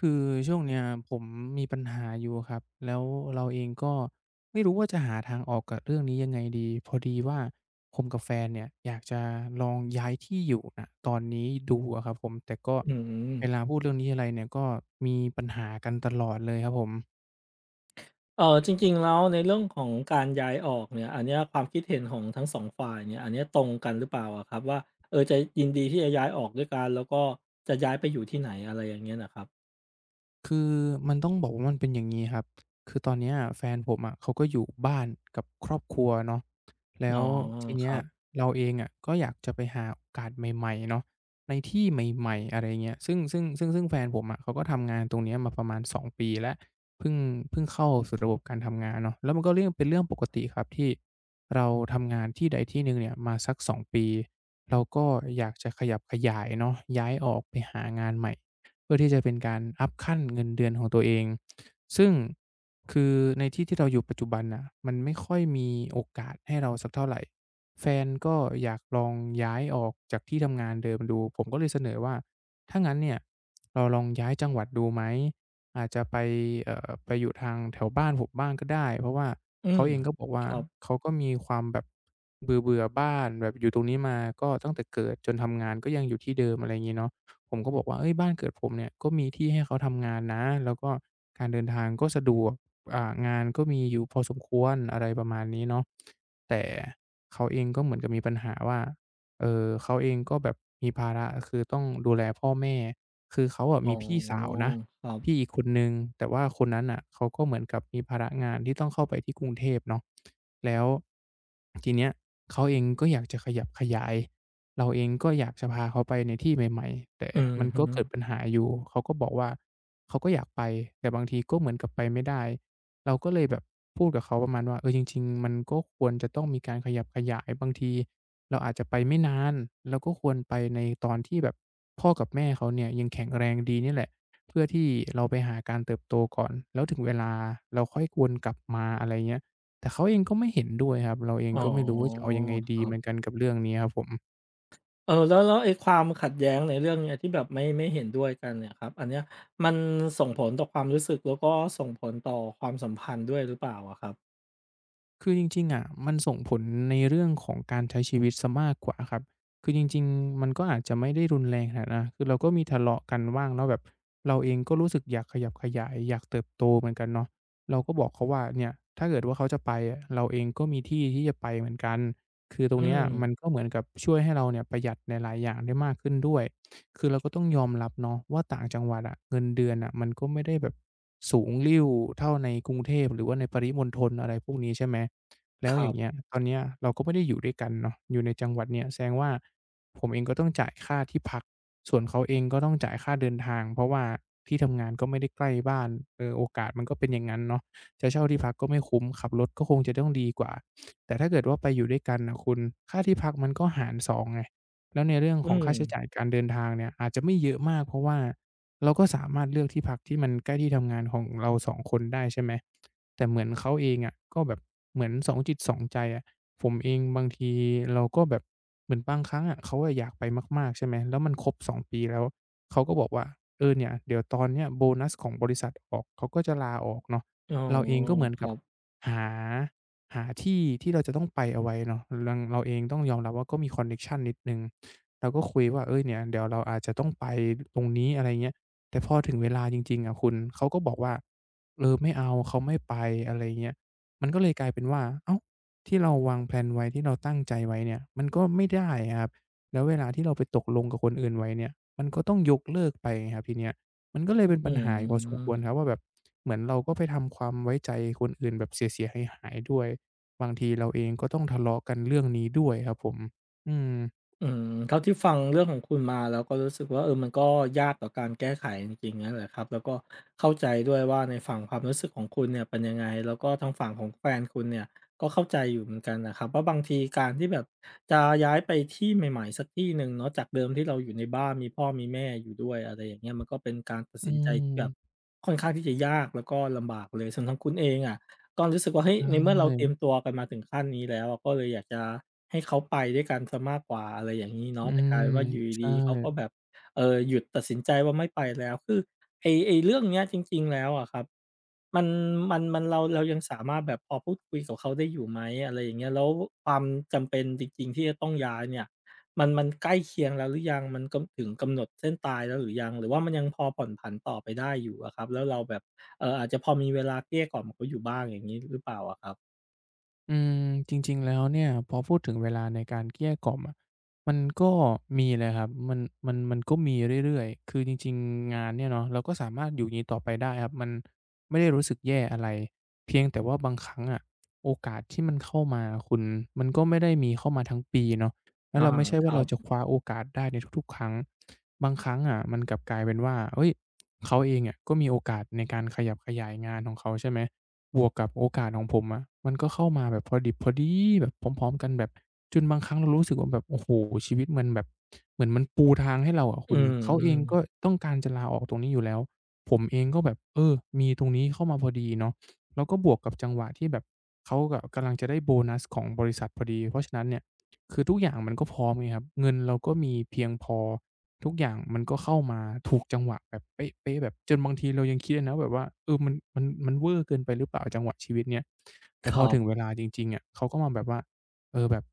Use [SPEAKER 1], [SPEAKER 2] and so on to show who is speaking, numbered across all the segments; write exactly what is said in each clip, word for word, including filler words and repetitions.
[SPEAKER 1] คือช่วงเนี้ยผมมีปัญหาอยู่ครับแล้วเราเองก็ไม่รู้ว่าจะหาทางออกกับเรื่องนี้ยังไงดีพอดีว่าผมกับแฟนเนี่ยอยากจะลองย้ายที่อยู่นะตอนนี้ดูอะครับผมแต่ก็
[SPEAKER 2] อืม
[SPEAKER 1] เวลาพูดเรื่องนี้อะไรเนี่ยก็มีปัญหากันตลอดเลยครับผม
[SPEAKER 2] เออจริงๆแล้วในเรื่องของการย้ายออกเนี่ยอันเนี้ยความคิดเห็นของทั้งสองฝ่ายเนี่ยอันเนี้ยตรงกันหรือเปล่าอะครับว่าเออจะยินดีที่จะย้ายออกด้วยกันแล้วก็จะย้ายไปอยู่ที่ไหนอะไรอย่างเงี้ยนะครับ
[SPEAKER 1] คือมันต้องบอกว่ามันเป็นอย่างนี้ครับ คือตอนเนี้ยแฟนผมอะเขาก็อยู่บ้านกับครอบครัวเนาะแล้
[SPEAKER 2] อ๋
[SPEAKER 1] ว
[SPEAKER 2] อ
[SPEAKER 1] ที
[SPEAKER 2] ค
[SPEAKER 1] เนี้ย
[SPEAKER 2] รับ
[SPEAKER 1] เราเองอะก็อยากจะไปหาโอกาสใหม่ๆเนาะในที่ใหม่ๆอะไรเงี้ยซึ่งซึ่งซึ่งซึ่งแฟนผมอะเขาก็ทำงานตรงเนี้ยมาประมาณสองปีแล้วเพิ่งเพิ่งเข้าสู่ระบบการทำงานเนาะแล้วมันก็เรื่องเป็นเรื่องปกติครับที่เราทำงานที่ใดที่หนึ่งเนี่ยมาสักสองปีเราก็อยากจะขยับขยายเนาะย้ายออกไปหางานใหม่ เพื่อที่จะเป็นการอัปขั้นเงินเดือนของตัวเองซึ่งคือในที่ที่เราอยู่ปัจจุบันน่ะมันไม่ค่อยมีโอกาสให้เราสักเท่าไรแฟนก็อยากลองย้ายออกจากที่ทำงานเดิมดูผมก็เลยเสนอว่าถ้างั้นเนี่ยเราลองย้ายจังหวัดดูไหมอาจจะไปเอ่อไปอยู่ทางแถวบ้านผมบ้างก็ได้เพราะว่า
[SPEAKER 2] อื
[SPEAKER 1] เขา
[SPEAKER 2] ม
[SPEAKER 1] เองก็บอก
[SPEAKER 2] ค
[SPEAKER 1] ว่า
[SPEAKER 2] รับ
[SPEAKER 1] เขาก็มีความแบบเบื่อๆบ้านแบบอยู่ตรงนี้มาก็ตั้งแต่เกิดจนทำงานก็ยังอยู่ที่เดิมอะไรงี้เนาะ ผมก็บอกว่าเฮ้ยบ้านเกิดผมเนี่ยก็มีที่ให้เขาทำงานนะแล้วก็การเดินทางก็สะดวกอ่างานก็มีอยู่พอสมควรอะไรประมาณนี้เนาะแต่เขาเองก็เหมือนกับมีปัญหาว่าเอ่อเขาเองก็แบบมีภาระคือต้องดูแลพ่อแม่คือเขาอะ
[SPEAKER 2] อ๋อ
[SPEAKER 1] มีพี่สาวนะ
[SPEAKER 2] ครั
[SPEAKER 1] พี่
[SPEAKER 2] บ
[SPEAKER 1] อีกคนหนึ่งแต่ว่าคนนั้นน่ะเขาก็เหมือนกับมีภาระงานที่ต้องเข้าไปที่กรุงเทพเนาะแล้วทีเนี้ยเขาเองก็อยากจะขยับขยาย เราเองก็อยากจะพาเขาไปในที่ใหม่ๆแต่
[SPEAKER 2] อืม
[SPEAKER 1] มัน
[SPEAKER 2] ฮึ
[SPEAKER 1] ก็เกิดปัญหาอยู่เขาก็บอกว่าเขาก็อยากไปแต่บางทีก็เหมือนกับไปไม่ได้เราก็เลยแบบพูดกับเขาประมาณว่าเออจริงๆมันก็ควรจะต้องมีการขยับขยายบางทีเราอาจจะไปไม่นานเราก็ควรไปในตอนที่แบบพ่อกับแม่เขาเนี่ยยังแข็งแรงดีนี่แหละเพื่อที่เราไปหาการเติบโตก่อนแล้วถึงเวลาเราค่อยวนกลับมาอะไรเงี้ยแต่เขาเองก็ไม่เห็นด้วยครับเราเอง
[SPEAKER 2] อ๋อ
[SPEAKER 1] ก็ไม่รู้ว่าจะเอายังไง
[SPEAKER 2] ค
[SPEAKER 1] ดี
[SPEAKER 2] รั
[SPEAKER 1] เหมือน
[SPEAKER 2] บ
[SPEAKER 1] กันกับเรื่องนี้ครับผม
[SPEAKER 2] เออแล้วแล้วไอ้ความขัดแย้งในเรื่องเนี้ยที่แบบไม่ไม่เห็นด้วยกันเนี่ยครับอันเนี้ยมันส่งผลต่อความรู้สึกแล้วก็ส่งผลต่อความสัมพันธ์ด้วยหรือเปล่าอะครับ
[SPEAKER 1] คือจริงๆอะมันส่งผลในเรื่องของการใช้ชีวิตเสียมากกว่าครับคือจริงๆมันก็อาจจะไม่ได้รุนแรงขนาดนั้นคือเราก็มีทะเลาะกันบ้างเนาะแบบเราเองก็รู้สึกอยากขยับขยายอยากเติบโตเหมือนกันเนาะเราก็บอกเขาว่าเนี่ยถ้าเกิดว่าเขาจะไปอะเราเองก็มีที่ที่จะไปเหมือนกันคือตรง
[SPEAKER 2] อื
[SPEAKER 1] เนี้ย
[SPEAKER 2] ม
[SPEAKER 1] มันก็เหมือนกับช่วยให้เราเนี่ยประหยัดในหลายอย่างได้มากขึ้นด้วย คือเราก็ต้องยอมรับเนาะว่าต่างจังหวัดอะเงินเดือนอะมันก็ไม่ได้แบบสูงลิ่วเท่าในกรุงเทพหรือว่าในปริมณฑลอะไรพวกนี้ใช่ไหมแล้
[SPEAKER 2] ค
[SPEAKER 1] วอ
[SPEAKER 2] รั
[SPEAKER 1] ย่างเงี้
[SPEAKER 2] บ
[SPEAKER 1] ยตอนเนี้ยเราก็ไม่ได้อยู่ด้วยกันเนาะอยู่ในจังหวัดเนี้ยแสดงว่าผมเองก็ต้องจ่ายค่าที่พักส่วนเขาเองก็ต้องจ่ายค่าเดินทางเพราะว่าที่ทำงานก็ไม่ได้ใกล้บ้านเออโอกาสมันก็เป็นอย่างงั้นเนาะจะเช่าที่พักก็ไม่คุ้มขับรถก็คงจะต้องดีกว่าแต่ถ้าเกิดว่าไปอยู่ด้วยกันน่ะคุณค่าที่พักมันก็หารสองไง แล้วในเรื่อง
[SPEAKER 2] อื
[SPEAKER 1] ของ
[SPEAKER 2] ม
[SPEAKER 1] ค่าใช้จ่ายการเดินทางเนี่ยอาจจะไม่เยอะมากเพราะว่าเราก็สามารถเลือกที่พักที่มันใกล้ที่ทำงานของเราสองคนได้ใช่ไหมแต่เหมือนเขาเองอะก็แบบเหมือนสองจิตสองใจอะผมเองบางทีเราก็แบบเหมือนบางครั้งอะเขาอะอยากไปมากๆใช่ไหมแล้วมันครบสองปีแล้วเขาก็บอกว่าเออเนี่ยเดี๋ยวตอนเนี้ยโบนัสของบริษัทออกเขาก็จะลาออกเนาะ
[SPEAKER 2] อ๋อ
[SPEAKER 1] เราเองก็เหมือน
[SPEAKER 2] ค
[SPEAKER 1] กั
[SPEAKER 2] รั
[SPEAKER 1] บ
[SPEAKER 2] บ
[SPEAKER 1] หา หาที่ที่เราจะต้องไปเอาไว้เนาะรังเราเองต้องยอมรับว่าก็มีคอนเน็กชันนิดหนึ่งเราก็คุยว่าเฮ้ยเนี่ยเดี๋ยวเราอาจจะต้องไปตรงนี้อะไรเงี้ยแต่พอถึงเวลาจริงๆอะคุณเขาก็บอกว่าเออไม่เอาเขาไม่ไปอะไรเงี้ยมันก็เลยกลายเป็นว่าอ้าวที่เราวางแพลนไว้ที่เราตั้งใจไว้เนี่ยมันก็ไม่ได้อะครับแล้วเวลาที่เราไปตกลงกับคนอื่นไว้เนี่ยมันก็ต้องยกเลิกไปไงครับทีเนี้ยมันก็เลยเป็น
[SPEAKER 2] อื
[SPEAKER 1] ปัญหาอยู่พอสมควรครับ
[SPEAKER 2] ม
[SPEAKER 1] ว่าแบบเหมือนเราก็ไปทำความไว้ใจคนอื่นแบบเสียๆหายๆด้วย บางทีเราเองก็ต้องทะเลาะกันเรื่องนี้ด้วยครับผม อืม
[SPEAKER 2] อืมเท่าที่ฟังเรื่องของคุณมาแล้วก็รู้สึกว่าเออมันก็ยากต่อการแก้ไขจริงๆนั่นแหละครับแล้วก็เข้าใจด้วยว่าในฝั่งความรู้สึกของคุณเนี่ยเป็นยังไงแล้วก็ทางฝั่งของแฟนคุณเนี่ยก็เข้าใจอยู่เหมือนกันนะครับว่าบางทีการที่แบบจะย้ายไปที่ใหม่ๆสักที่หนึ่งเนาะจากเดิมที่เราอยู่ในบ้านมีพ่อมีแม่อยู่ด้วยอะไรอย่างเงี้ยมันก็เป็นการตัด
[SPEAKER 1] อื
[SPEAKER 2] สินใจที่แบบ
[SPEAKER 1] ม
[SPEAKER 2] ค่อนข้างที่จะยากแล้วก็ลำบากเลยส่วนทางคุณเองอะ ก็รู้สึกว่าเฮ้ยในเมื่
[SPEAKER 1] ใช่
[SPEAKER 2] อเราเตรียมตัวกันมาถึงขั้นนี้แล้วก็เลยอยากจะให้เขาไปด้วยกันเสียมากกว่าอะไรอย่างงี้เนาะ
[SPEAKER 1] อื
[SPEAKER 2] แต่ก
[SPEAKER 1] ม
[SPEAKER 2] ลายเป็นว่าอยู่
[SPEAKER 1] ใช่
[SPEAKER 2] ดีๆเขาก็แบบเอ่อหยุดตัดสินใจว่าไม่ไปแล้วคือไอ้ไอ้เรื่องเนี้ยจริงๆแล้วอะครับมันมันมันเราเรายังสามารถแบบพอพูดคุยกับเขาได้อยู่ไหมอะไรอย่างเงี้ยแล้วความจำเป็นจริงๆที่จะต้องย้ายเนี่ยมันมันใกล้เคียงแล้วหรือยังมันกำถึงกำหนดเส้นตายแล้วหรือยังหรือว่ามันยังพอผ่อนผันต่อไปได้อยู่อะครับแล้วเราแบบ เอ่ออาจจะพอมีเวลาเกลี้ยกล่อมเขาอยู่บ้างอย่างงี้หรือเปล่าอะครับ
[SPEAKER 1] อืมจริงๆแล้วเนี่ยพอพูดถึงเวลาในการเกลี้ยกล่อมอะมันก็มีเลยครับมันมันมันก็มีเรื่อยๆคือจริงๆงานเนี่ยเนาะเราก็สามารถอยู่อย่างงี้ต่อไปได้ครับมันไม่ได้รู้สึกแย่อะไรเพียงแต่ว่าบางครั้งอะโอกาสที่มันเข้ามาคุณมันก็ไม่ได้มีเข้ามาทั้งปีเนาะแล้ว
[SPEAKER 2] อา
[SPEAKER 1] เราไม่ใช่
[SPEAKER 2] ค
[SPEAKER 1] ว่า
[SPEAKER 2] รั
[SPEAKER 1] เรา
[SPEAKER 2] บ
[SPEAKER 1] จะคว้าโอกาสได้ในทุกๆครั้งบางครั้งอะมันกลับกลายเป็นว่าเฮ้ยเขาเองอะก็มีโอกาสในการขยับขยายงานของเขาใช่ไหม บวกกับโอกาสของผมอะมันก็เข้ามาแบบพอดิบพอดีแบบพร้อมๆกันแบบจนบางครั้งเรารู้สึกว่าแบบโอ้โฮชีวิตมันแบบเหมือนมันปูทางให้เราอะ
[SPEAKER 2] อื
[SPEAKER 1] คุณเขาเองก็
[SPEAKER 2] ม
[SPEAKER 1] ต้องการจะลาออกตรงนี้อยู่แล้วผมเองก็แบบเออมีตรงนี้เข้ามาพอดีเนาะแล้วก็บวกกับจังหวะที่แบบเขาอะกำลังจะได้โบนัสของบริษัทพอดีเพราะฉะนั้นเนี่ยคือทุกอย่างมันก็พร้อมไงครับเงินเราก็มีเพียงพอ ทุกอย่างมันก็เข้ามาถูกจังหวะแบบเป๊ะๆแบบจนบางทีเรายังคิดเลยนะแบบว่าเออมันมันมันเวอร์เกินไปหรือเปล่าจังหวะชีวิตเนี้ยแต่
[SPEAKER 2] ๆค
[SPEAKER 1] พอ
[SPEAKER 2] รับ
[SPEAKER 1] ถึงเวลาจริงๆอะเขาก็มาแบบว่าเออแบบ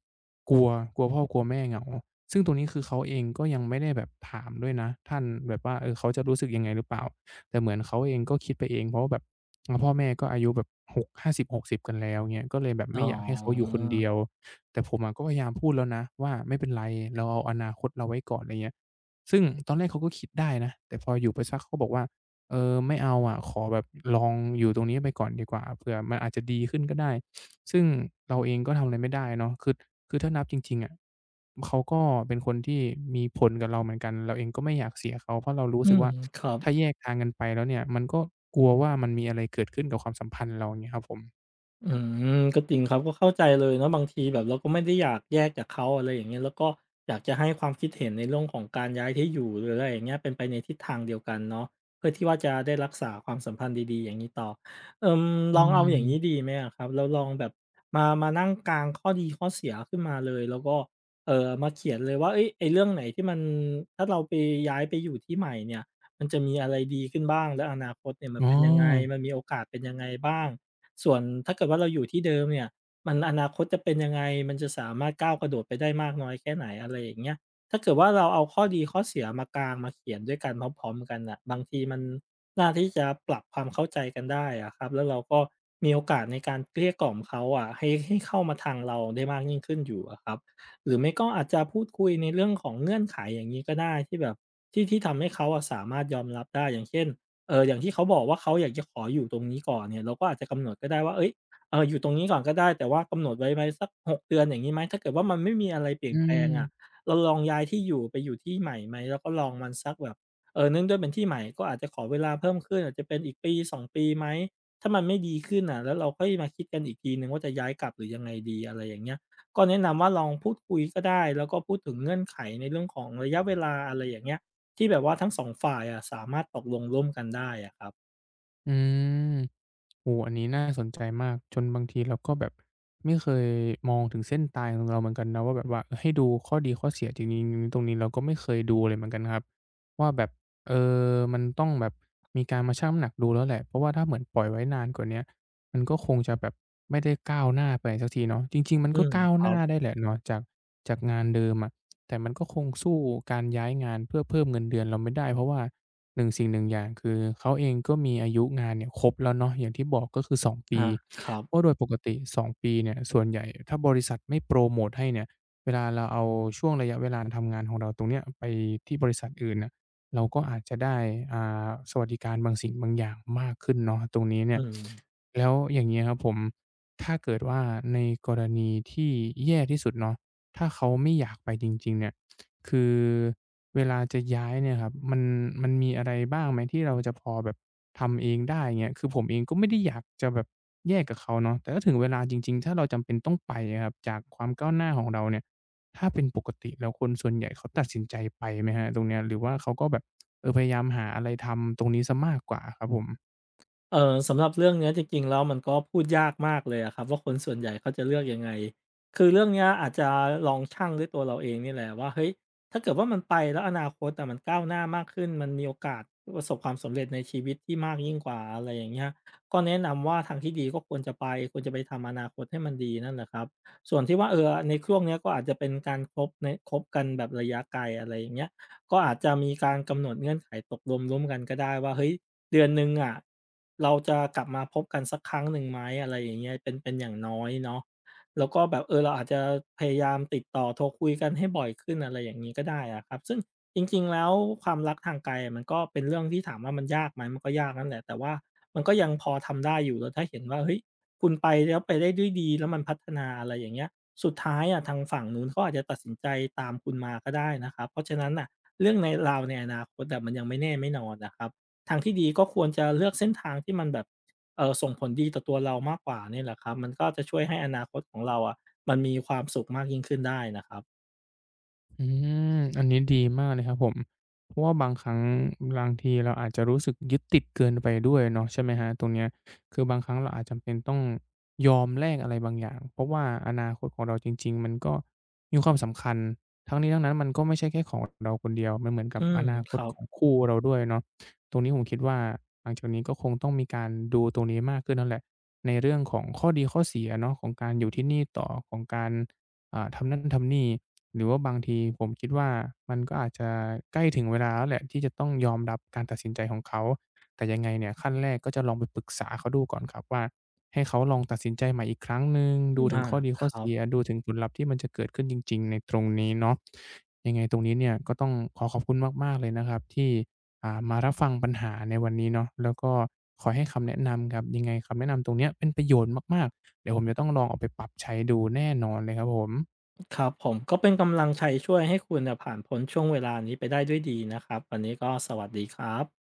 [SPEAKER 1] กลัวกลัวพ่อกลัวแม่เหงาซึ่งตรงนี้คือเขาเองก็ยังไม่ได้แบบถามด้วยนะท่านแบบว่าเออเขาจะรู้สึกยังไงหรือเปล่าแต่เหมือนเขาเองก็คิดไปเองเพราะว่าแบบอาพ่อแม่ก็อายุแบบ6 ห้าสิบหกสิบกสิบกันแล้วเงี้ยก็เลยแบบ
[SPEAKER 2] อ๋
[SPEAKER 1] ไม่อยากให้เขาอ
[SPEAKER 2] อ
[SPEAKER 1] ยู่คนเดียวแต่ผมอะก็พยายามพูดแล้วนะว่าไม่เป็นไรเราเอาอนาคตเราไว้ก่อนอะไรเงี้ย ซึ่งตอนแรกเขาก็คิดได้นะแต่พออยู่ไปสักเขาบอกว่าเออไม่เอาอะขอแบบลองอยู่ตรงนี้ไปก่อนดีกว่าเผื่อมันอาจจะดีขึ้นก็ได้ซึ่งเราเองก็ทำอะไรไม่ได้เนาะคือคือถ้านับจริงๆอะเขาก็เป็นคนที่มีผลกับเราเหมือนกันเราเองก็ไม่อยากเสียเขาเพราะเรารู้
[SPEAKER 2] อื
[SPEAKER 1] สึก
[SPEAKER 2] ม
[SPEAKER 1] ว่า
[SPEAKER 2] ครับ
[SPEAKER 1] ถ้าแยกทางกันไปแล้วเนี่ยมันก็กลัวว่ามันมีอะไรเกิดขึ้นกับความสัมพันธ์เราอย่างเงี้ยครับผม
[SPEAKER 2] อืมก็จริงครับก็เข้าใจเลยเนาะบางทีแบบเราก็ไม่ได้อยากแยกจากเขาอะไรอย่างเงี้ยแล้วก็อยากจะให้ความคิดเห็นในเรื่องของการย้ายที่อยู่หรืออะไรอย่างเงี้ยเป็นไปในทิศทางเดียวกันเนาะเพื่อที่ว่าจะได้รักษาความสัมพันธ์ดีๆอย่างงี้ต่อเอ่อ
[SPEAKER 1] อื
[SPEAKER 2] ลองเอาอย่างงี้ดี
[SPEAKER 1] ม
[SPEAKER 2] ไหมอะครับเราลองแบบมามานั่งกางข้อดีข้อเสียขึ้นมาเลยแล้วก็เอ่อมาเขียนเลยว่าเฮ้ยไอ้เรื่องไหนที่มันถ้าเราไปย้ายไปอยู่ที่ใหม่เนี่ยมันจะมีอะไรดีขึ้นบ้างและอนาคตเนี่ยมัน
[SPEAKER 1] อ๋อ
[SPEAKER 2] เป็นยังไงมันมีโอกาสเป็นยังไงบ้าง ส่วนถ้าเกิดว่าเราอยู่ที่เดิมเนี่ยมันอนาคตจะเป็นยังไงมันจะสามารถก้าวกระโดดไปได้มากน้อยแค่ไหนอะไรอย่างเงี้ยถ้าเกิดว่าเราเอาข้อดีข้อเสียมากางมาเขียนด้วยกันพร้อมๆกันน่ะบางทีมันน่าที่จะปรับความเข้าใจกันได้อะครับแล้วเราก็มีโอกาสในการเกลี้ยกล่อมเขาอะให้ให้เข้ามาทางเราได้มากยิ่งขึ้นอยู่อะครับหรือไม่ก็อาจจะพูดคุยในเรื่องของเงื่อนไขอย่างงี้ก็ได้ที่แบบที่ที่ทำให้เขาอะสามารถยอมรับได้อย่างเช่น เอออย่างที่เขาบอกว่าเขาอยากจะขออยู่ตรงนี้ก่อนเนี่ยเราก็อาจจะกำหนดก็ได้ว่าเอ้ยเอออยู่ตรงนี้ก่อนก็ได้แต่ว่ากำหนดไว้ไหมสักหกเดือนอย่างนี้ไหมถ้าเกิดว่ามันไม่มีอะไรเปลี่ย
[SPEAKER 1] อื
[SPEAKER 2] นแปลงอะ
[SPEAKER 1] ม
[SPEAKER 2] เราลองย้ายที่อยู่ไปอยู่ที่ใหม่ไหมแล้วก็ลองมันสักแบบเออเนื่องด้วยเป็นที่ใหม่ก็อาจจะขอเวลาเพิ่มขึ้นอาจจะเป็นอีกปีสองปีไหมถ้ามันไม่ดีขึ้นอ่ะแล้วเราค่อยมาคิดกันอีกทีหนึ่งว่าจะย้ายกลับหรือยังไงดีอะไรอย่างเงี้ยก็แนะนำว่าลองพูดคุยก็ได้แล้วก็พูดถึงเงื่อนไขในเรื่องของระยะเวลาอะไรอย่างเงี้ย ที่แบบว่าทั้งสองฝ่ายอะสามารถตกลงร่วมกันได้อะครับ
[SPEAKER 1] อืม โอ้อันนี้น่าสนใจมากจนบางทีเราก็แบบไม่เคยมองถึงเส้นตายของเราเหมือนกันนะว่าแบบว่าเออให้ดูข้อดีข้อเสียจริงๆตรงนี้เราก็ไม่เคยดูเลยเหมือนกันครับว่าแบบเออมันต้องแบบมีการมาชั่งน้ำหนักดูแล้วแหละเพราะว่าถ้าเหมือนปล่อยไว้นานกว่าเนี้ยมันก็คงจะแบบไม่ได้ก้าวหน้าไปสักทีเนาะจริงๆมัน
[SPEAKER 2] อื
[SPEAKER 1] ก็
[SPEAKER 2] ม
[SPEAKER 1] ก้าว
[SPEAKER 2] ค
[SPEAKER 1] ห
[SPEAKER 2] รั
[SPEAKER 1] น้า
[SPEAKER 2] บ
[SPEAKER 1] ได้แหละเนาะจากจากงานเดิมอะ แต่มันก็คงสู้การย้ายงานเพื่อเพิ่มเงินเดือนเราไม่ได้เพราะว่าหนึ่งสิ่งหนึ่งอย่างคือเขาเองก็มีอายุงานเนี่ยครบแล้วเนาะอย่างที่บอกก็คือสองปี
[SPEAKER 2] อาครั
[SPEAKER 1] เพราะ
[SPEAKER 2] บ
[SPEAKER 1] โดยปกติสองปีเนี่ยส่วนใหญ่ถ้าบริษัทไม่โพรโมตให้เนี่ยเวลาเราเอาช่วงระยะเวลาทำงานของเราตรงเนี้ยไปที่บริษัทอื่นน่ะเราก็อาจจะได้อ่าสวัสดิการบางสิ่งบางอย่างมากขึ้นเนาะตรงนี้เนี่
[SPEAKER 2] อื
[SPEAKER 1] ย
[SPEAKER 2] ม
[SPEAKER 1] แล้วอย่างงี้ครับผมถ้าเกิดว่าในกรณีที่แย่ที่สุดเนาะ ถ้าเขาไม่อยากไปจริงๆเนี่ยคือเวลาจะย้ายเนี่ยครับมันมันมีอะไรบ้างไหมที่เราจะพอแบบทำเองได้เงี้ยคือผมเองก็ไม่ได้อยากจะแบบแยกกับเขาเนาะแต่ถ้าถึงเวลาจริงๆถ้าเราจำเป็นต้องไปอะครับจากความก้าวหน้าของเราเนี่ยถ้าเป็นปกติแล้วคนส่วนใหญ่เขาตัดสินใจไปไหมครับตรงเนี้ยหรือว่าเขาก็แบบเออพยายามหาอะไรทำตรงนี้เสียมากกว่าครับผม
[SPEAKER 2] เอ่อสำหรับเรื่องเนี้ยจริงๆแล้วมันก็พูดยากมากเลยอะครับว่าคนส่วนใหญ่เขาจะเลือกยังไงคือเรื่องเนี้ยอาจจะลองชั่งด้วยตัวเราเองนี่แหละว่าเฮ้ยถ้าเกิดว่ามันไปแล้วอนาคตแต่มันก้าวหน้ามากขึ้นมันมีโอกาสประสบความสำเร็จในชีวิตที่มากยิ่งกว่าอะไรอย่างเงี้ยก็แนะนำว่าทางที่ดีก็ควรจะไปควรจะไปทำอนาคตให้มันดีนั่นแหละครับส่วนที่ว่าเออในช่วงเนี้ยก็อาจจะเป็นการคบในคบกันแบบระยะไกลอะไรอย่างเงี้ยก็อาจจะมีการกำหนดเงื่อนไขตกลงร่วมกันก็ได้ว่าเฮ้ย เดือนหนึ่งอะเราจะกลับมาพบกันสักครั้งหนึ่งไหมอะไรอย่างเงี้ยเป็นเป็นอย่างน้อยเนาะแล้วก็แบบเออเราอาจจะพยายามติดต่อโทรคุยกันให้บ่อยขึ้นอะไรอย่างงี้ก็ได้อะครับซึ่งจริงๆแล้วความรักทางไกลอะมันก็เป็นเรื่องที่ถามว่ามันยากไหมมันก็ยากนั่นแหละแต่ว่ามันก็ยังพอทำได้อยู่แล้วถ้าเห็นว่าเฮ้ยคุณไปแล้วไปได้ด้วยดีแล้วมันพัฒนาอะไรอย่างเงี้ยสุดท้ายอะทางฝั่งนู้นเขาอาจจะตัดสินใจตามคุณมาก็ได้นะครับเพราะฉะนั้นน่ะเรื่องในราวในอนาคตอะมันยังไม่แน่ไม่นอนอะครับ ทางที่ดีก็ควรจะเลือกเส้นทางที่มันแบบเอ่อส่งผลดีต่อตัวเรามากกว่าเนี่ยแหละครับมันก็จะช่วยให้อนาคตของเราอะมันมีความสุขมากยิ่งขึ้นได้นะครับ
[SPEAKER 1] อืมอันนี้ดีมากเลยครับผมเพราะว่าบางครั้งบางทีเราอาจจะรู้สึกยึดติดเกินไปด้วยเนาะใช่ไหมครับตรงเนี้ยคือบางครั้งเราอาจจำเป็นต้องยอมแลกอะไรบางอย่างเพราะว่าอนาคตของเราจริงๆมันก็มีความสำคัญทั้งนี้ทั้งนั้นมันก็ไม่ใช่แค่ของเราคนเดียวมันเหมือนกั
[SPEAKER 2] อื
[SPEAKER 1] บ
[SPEAKER 2] ม
[SPEAKER 1] อนาค
[SPEAKER 2] ค
[SPEAKER 1] ต
[SPEAKER 2] รับ
[SPEAKER 1] ของคู่เราด้วยเนาะตรงนี้ผมคิดว่าหลังจากนี้ก็คงต้องมีการดูตรงนี้มากขึ้นนั่นแหละในเรื่องของข้อดีข้อเสียเนาะของการอยู่ที่นี่ต่อของการ อ่าทำนั่นทำนี่หรือว่าบางทีผมคิดว่ามันก็อาจจะใกล้ถึงเวลาแล้วแหละที่จะต้องยอมรับการตัดสินใจของเขาแต่ยังไงเนี่ยขั้นแรกก็จะลองไปปรึกษาเขาดูก่อนครับว่าให้เขาลองตัดสินใจใหม่อีกครั้งหนึ่งดูถึง
[SPEAKER 2] อา
[SPEAKER 1] ข้อดี
[SPEAKER 2] ค
[SPEAKER 1] ข้อ
[SPEAKER 2] รับ
[SPEAKER 1] เสียดูถึงผลลัพธ์ที่มันจะเกิดขึ้นจริงๆในตรงนี้เนาะยังไงตรงนี้เนี่ยก็ต้องขอขอบคุณมากๆเลยนะครับที่อ่ามารับฟังปัญหาในวันนี้เนาะแล้วก็ขอให้คำแนะนำครับยังไงคำแนะนำตรงเนี้ยเป็นประโยชน์มาก เดี๋ยวผมจะต้องลองเอาไปปรับใช้ดูแน่นอนเลยครับผม
[SPEAKER 2] ครับผมก็เป็นกำลังใจช่วยให้คุณน่ะผ่านพ้นช่วงเวลานี้ไปได้ด้วยดีนะครับวันนี้ก็สวัสดีครับ